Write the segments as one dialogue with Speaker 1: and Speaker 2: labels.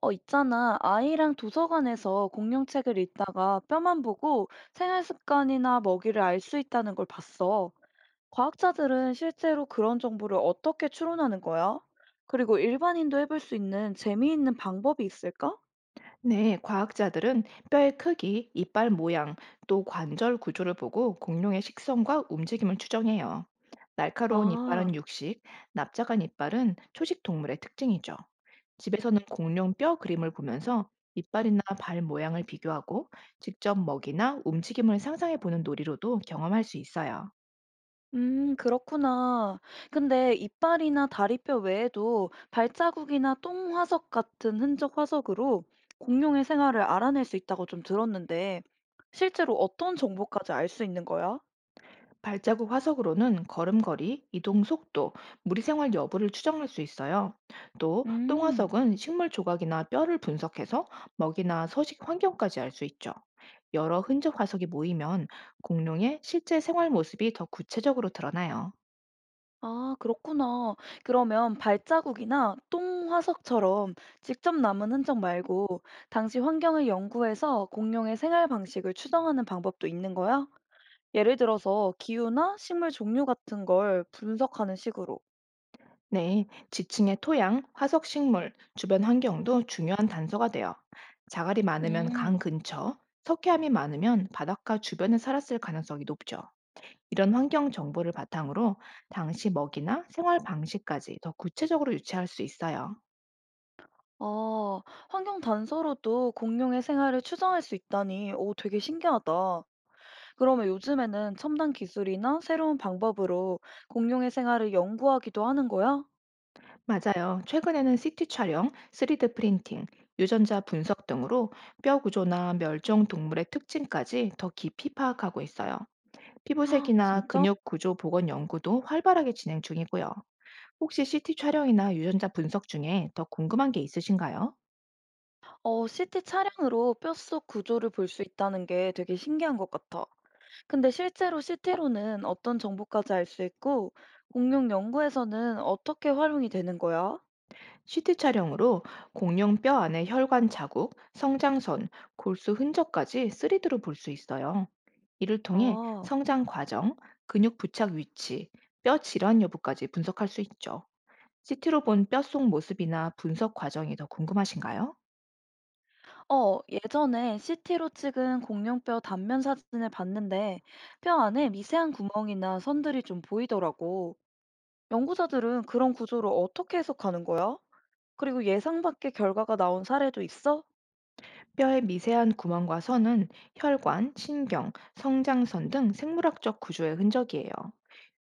Speaker 1: 있잖아. 아이랑 도서관에서 공룡책을 읽다가 뼈만 보고 생활 습관이나 먹이를 알 수 있다는 걸 봤어. 과학자들은 실제로 그런 정보를 어떻게 추론하는 거야? 그리고 일반인도 해볼 수 있는 재미있는 방법이 있을까?
Speaker 2: 네, 과학자들은 뼈의 크기, 이빨 모양, 또 관절 구조를 보고 공룡의 식성과 움직임을 추정해요. 날카로운 이빨은
Speaker 1: 아,
Speaker 2: 육식, 납작한 이빨은 초식 동물의 특징이죠. 집에서는 공룡 뼈 그림을 보면서 이빨이나 발 모양을 비교하고 직접 먹이나 움직임을 상상해 보는 놀이로도 경험할 수 있어요.
Speaker 1: 그렇구나. 근데 이빨이나 다리뼈 외에도 발자국이나 똥 화석 같은 흔적 화석으로 공룡의 생활을 알아낼 수 있다고 좀 들었는데, 실제로 어떤 정보까지 알 수 있는 거야?
Speaker 2: 발자국 화석으로는 걸음걸이, 이동 속도, 무리 생활 여부를 추정할 수 있어요. 또
Speaker 1: 음.
Speaker 2: 똥화석은 식물 조각이나 뼈를 분석해서 먹이나 서식 환경까지 알 수 있죠. 여러 흔적 화석이 모이면 공룡의 실제 생활 모습이 더 구체적으로 드러나요.
Speaker 1: 아, 그렇구나. 그러면 발자국이나 똥 화석처럼 직접 남은 흔적 말고 당시 환경을 연구해서 공룡의 생활 방식을 추정하는 방법도 있는 거야? 예를 들어서 기후나 식물 종류 같은 걸 분석하는 식으로.
Speaker 2: 네, 지층의 토양, 화석 식물, 주변 환경도 중요한 단서가 돼요. 자갈이 많으면
Speaker 1: 음.
Speaker 2: 강 근처, 석회암이 많으면 바닷가 주변에 살았을 가능성이 높죠. 이런 환경 정보를 바탕으로 당시 먹이나 생활 방식까지 더 구체적으로 유추할 수 있어요.
Speaker 1: 아, 환경 단서로도 공룡의 생활을 추정할 수 있다니, 오, 되게 신기하다. 그러면 요즘에는 첨단 기술이나 새로운 방법으로 공룡의 생활을 연구하기도 하는 거야?
Speaker 2: 맞아요. 최근에는 CT 촬영, 3D 프린팅, 유전자 분석 등으로 뼈 구조나 멸종 동물의 특징까지 더 깊이 파악하고 있어요.
Speaker 1: 아,
Speaker 2: 피부색이나
Speaker 1: 진짜?
Speaker 2: 근육 구조 복원 연구도 활발하게 진행 중이고요. 혹시 CT 촬영이나 유전자 분석 중에 더 궁금한 게 있으신가요?
Speaker 1: CT 차량으로 뼛속 구조를 볼 수 있다는 게 되게 신기한 것 같아. 근데 실제로 CT로는 어떤 정보까지 알 수 있고, 공룡 연구에서는 어떻게 활용이 되는 거야?
Speaker 2: CT 촬영으로 공룡 뼈 안의 혈관 자국, 성장선, 골수 흔적까지 3D로 볼 수 있어요. 이를 통해
Speaker 1: 아,
Speaker 2: 성장 과정, 근육 부착 위치, 뼈 질환 여부까지 분석할 수 있죠. CT로 본 뼈 속 모습이나 분석 과정이 더 궁금하신가요?
Speaker 1: 예전에 CT로 찍은 공룡뼈 단면 사진을 봤는데, 뼈 안에 미세한 구멍이나 선들이 좀 보이더라고. 연구자들은 그런 구조를 어떻게 해석하는 거야? 그리고 예상 밖의 결과가 나온 사례도 있어?
Speaker 2: 뼈의 미세한 구멍과 선은 혈관, 신경, 성장선 등 생물학적 구조의 흔적이에요.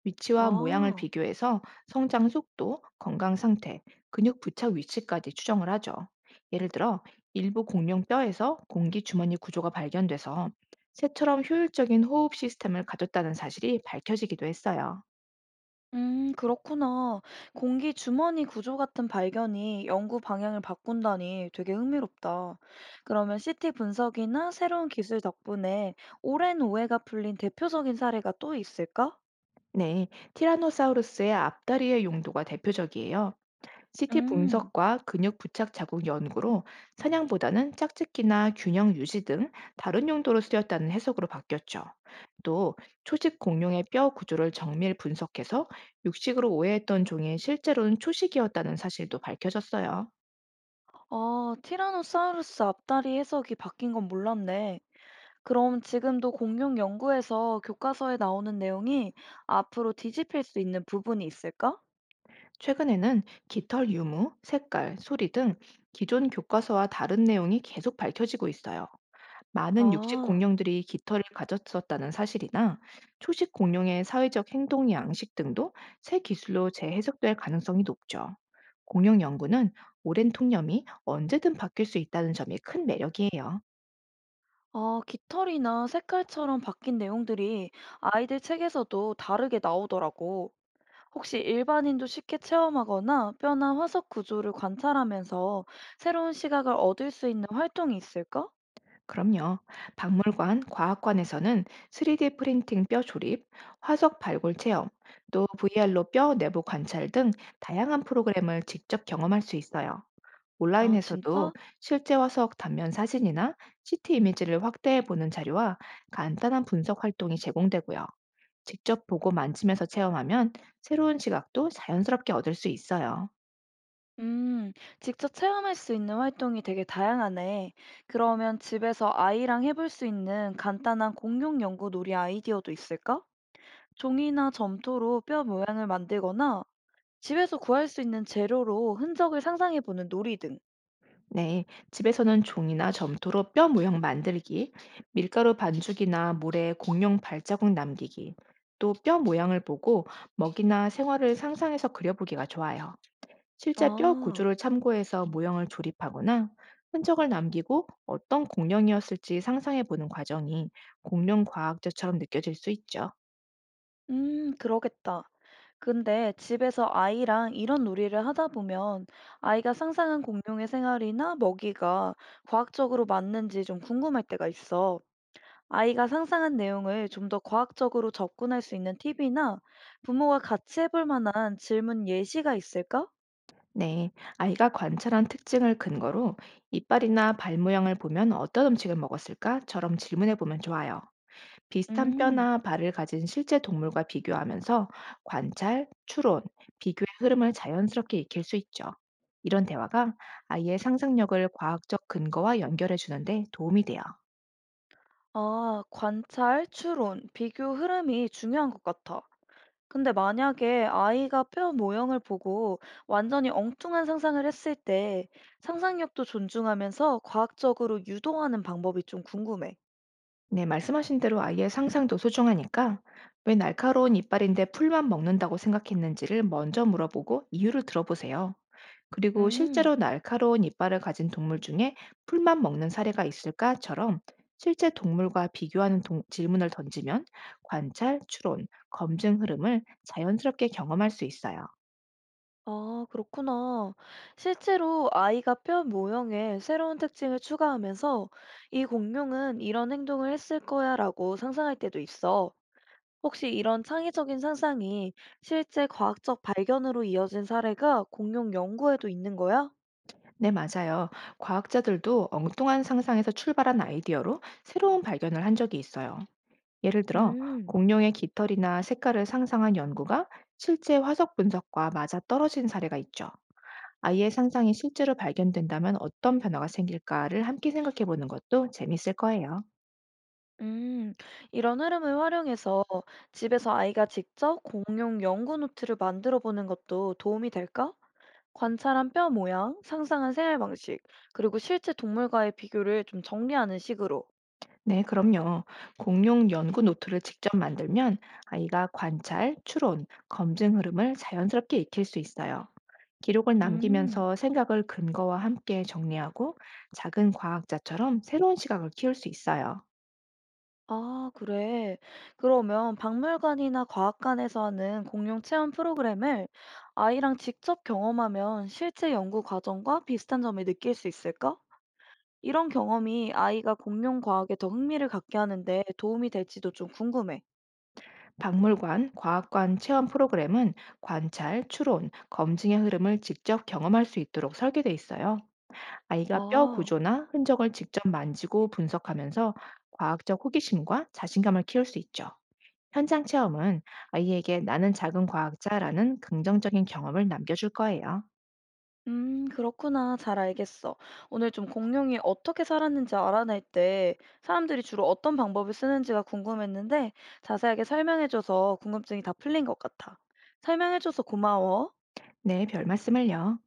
Speaker 2: 위치와 모양을
Speaker 1: 아.
Speaker 2: 비교해서 성장 속도, 건강 상태, 근육 부착 위치까지 추정을 하죠. 예를 들어, 일부 공룡 뼈에서 공기 주머니 구조가 발견돼서 새처럼 효율적인 호흡 시스템을 가졌다는 사실이 밝혀지기도 했어요.
Speaker 1: 그렇구나. 공기 주머니 구조 같은 발견이 연구 방향을 바꾼다니 되게 흥미롭다. 그러면 시티 분석이나 새로운 기술 덕분에 오랜 오해가 풀린 대표적인 사례가 또 있을까?
Speaker 2: 네, 티라노사우루스의 앞다리의 용도가 대표적이에요. CT
Speaker 1: 음,
Speaker 2: 분석과 근육 부착 자국 연구로 사냥보다는 짝짓기나 균형 유지 등 다른 용도로 쓰였다는 해석으로 바뀌었죠. 또 초식 공룡의 뼈 구조를 정밀 분석해서 육식으로 오해했던 종이 실제로는 초식이었다는 사실도 밝혀졌어요.
Speaker 1: 아, 티라노사우루스 앞다리 해석이 바뀐 건 몰랐네. 그럼 지금도 공룡 연구에서 교과서에 나오는 내용이 앞으로 뒤집힐 수 있는 부분이 있을까?
Speaker 2: 최근에는 깃털 유무, 색깔, 소리 등 기존 교과서와 다른 내용이 계속 밝혀지고 있어요. 많은 육식
Speaker 1: 아.
Speaker 2: 공룡들이 깃털을 가졌었다는 사실이나 초식 공룡의 사회적 행동 양식 등도 새 기술로 재해석될 가능성이 높죠. 공룡 연구는 오랜 통념이 언제든 바뀔 수 있다는 점이 큰 매력이에요.
Speaker 1: 아, 깃털이나 색깔처럼 바뀐 내용들이 아이들 책에서도 다르게 나오더라고. 혹시 일반인도 쉽게 체험하거나 뼈나 화석 구조를 관찰하면서 새로운 시각을 얻을 수 있는 활동이 있을까?
Speaker 2: 그럼요. 박물관, 과학관에서는 3D 프린팅 뼈 조립, 화석 발굴 체험, 또 VR로 뼈 내부 관찰 등 다양한 프로그램을 직접 경험할 수 있어요.
Speaker 1: 아,
Speaker 2: 온라인에서도
Speaker 1: 진짜?
Speaker 2: 실제 화석 단면 사진이나 CT 이미지를 확대해 보는 자료와 간단한 분석 활동이 제공되고요. 직접 보고 만지면서 체험하면 새로운 시각도 자연스럽게 얻을 수 있어요.
Speaker 1: 음, 직접 체험할 수 있는 활동이 되게 다양하네. 그러면 집에서 아이랑 해볼 수 있는 간단한 공룡 연구 놀이 아이디어도 있을까? 종이나 점토로 뼈 모양을 만들거나 집에서 구할 수 있는 재료로 흔적을 상상해 보는 놀이 등.
Speaker 2: 네, 집에서는 종이나 점토로 뼈 모형 만들기, 밀가루 반죽이나 물에 공룡 발자국 남기기, 또 뼈 모양을 보고 먹이나 생활을 상상해서 그려보기가 좋아요. 실제 뼈
Speaker 1: 아,
Speaker 2: 구조를 참고해서 모형을 조립하거나 흔적을 남기고 어떤 공룡이었을지 상상해 보는 과정이 공룡 과학자처럼 느껴질 수 있죠.
Speaker 1: 그러겠다. 근데 집에서 아이랑 이런 놀이를 하다 보면 아이가 상상한 공룡의 생활이나 먹이가 과학적으로 맞는지 좀 궁금할 때가 있어. 아이가 상상한 내용을 좀 더 과학적으로 접근할 수 있는 팁이나 부모가 같이 해볼 만한 질문 예시가 있을까?
Speaker 2: 네, 아이가 관찰한 특징을 근거로 이빨이나 발 모양을 보면 어떤 음식을 먹었을까?처럼 질문해 보면 좋아요. 비슷한
Speaker 1: 음,
Speaker 2: 뼈나 발을 가진 실제 동물과 비교하면서 관찰, 추론, 비교의 흐름을 자연스럽게 익힐 수 있죠. 이런 대화가 아이의 상상력을 과학적 근거와 연결해 주는데 도움이 돼요.
Speaker 1: 아, 관찰, 추론, 비교 흐름이 중요한 것 같아. 근데 만약에 아이가 표현 모형을 보고 완전히 엉뚱한 상상을 했을 때 상상력도 존중하면서 과학적으로 유도하는 방법이 좀 궁금해.
Speaker 2: 네, 말씀하신 대로 아이의 상상도 소중하니까 왜 날카로운 이빨인데 풀만 먹는다고 생각했는지를 먼저 물어보고 이유를 들어보세요. 그리고
Speaker 1: 음,
Speaker 2: 실제로 날카로운 이빨을 가진 동물 중에 풀만 먹는 사례가 있을까?처럼 실제 동물과 비교하는 질문을 던지면 관찰, 추론, 검증 흐름을 자연스럽게 경험할 수 있어요.
Speaker 1: 아, 그렇구나. 실제로 아이가 뼈 모형에 새로운 특징을 추가하면서 이 공룡은 이런 행동을 했을 거야라고 상상할 때도 있어. 혹시 이런 창의적인 상상이 실제 과학적 발견으로 이어진 사례가 공룡 연구에도 있는 거야?
Speaker 2: 네, 맞아요. 과학자들도 엉뚱한 상상에서 출발한 아이디어로 새로운 발견을 한 적이 있어요. 예를 들어,
Speaker 1: 음.
Speaker 2: 공룡의 깃털이나 색깔을 상상한 연구가 실제 화석 분석과 맞아 떨어진 사례가 있죠. 아이의 상상이 실제로 발견된다면 어떤 변화가 생길까를 함께 생각해 보는 것도 재밌을 거예요.
Speaker 1: 음, 이런 흐름을 활용해서 집에서 아이가 직접 공용 연구 노트를 만들어 보는 것도 도움이 될까? 관찰한 뼈 모양, 상상한 생활 방식, 그리고 실제 동물과의 비교를 좀 정리하는 식으로.
Speaker 2: 네, 그럼요. 공룡 연구 노트를 직접 만들면 아이가 관찰, 추론, 검증 흐름을 자연스럽게 익힐 수 있어요. 기록을
Speaker 1: 음,
Speaker 2: 남기면서 생각을 근거와 함께 정리하고 작은 과학자처럼 새로운 시각을 키울 수 있어요.
Speaker 1: 아, 그래. 그러면 박물관이나 과학관에서 하는 공용 체험 프로그램을 아이랑 직접 경험하면 실제 연구 과정과 비슷한 점을 느낄 수 있을까? 이런 경험이 아이가 공룡 과학에 더 흥미를 갖게 하는데 도움이 될지도 좀 궁금해.
Speaker 2: 박물관, 과학관 체험 프로그램은 관찰, 추론, 검증의 흐름을 직접 경험할 수 있도록 설계돼 있어요. 아이가 뼈
Speaker 1: 아,
Speaker 2: 구조나 흔적을 직접 만지고 분석하면서 과학적 호기심과 자신감을 키울 수 있죠. 현장 체험은 아이에게 나는 작은 과학자라는 긍정적인 경험을 남겨줄 거예요.
Speaker 1: 그렇구나. 잘 알겠어. 오늘 좀 공룡이 어떻게 살았는지 알아낼 때 사람들이 주로 어떤 방법을 쓰는지가 궁금했는데 자세하게 설명해줘서 궁금증이 다 풀린 것 같아. 설명해줘서 고마워.
Speaker 2: 네, 별 말씀을요.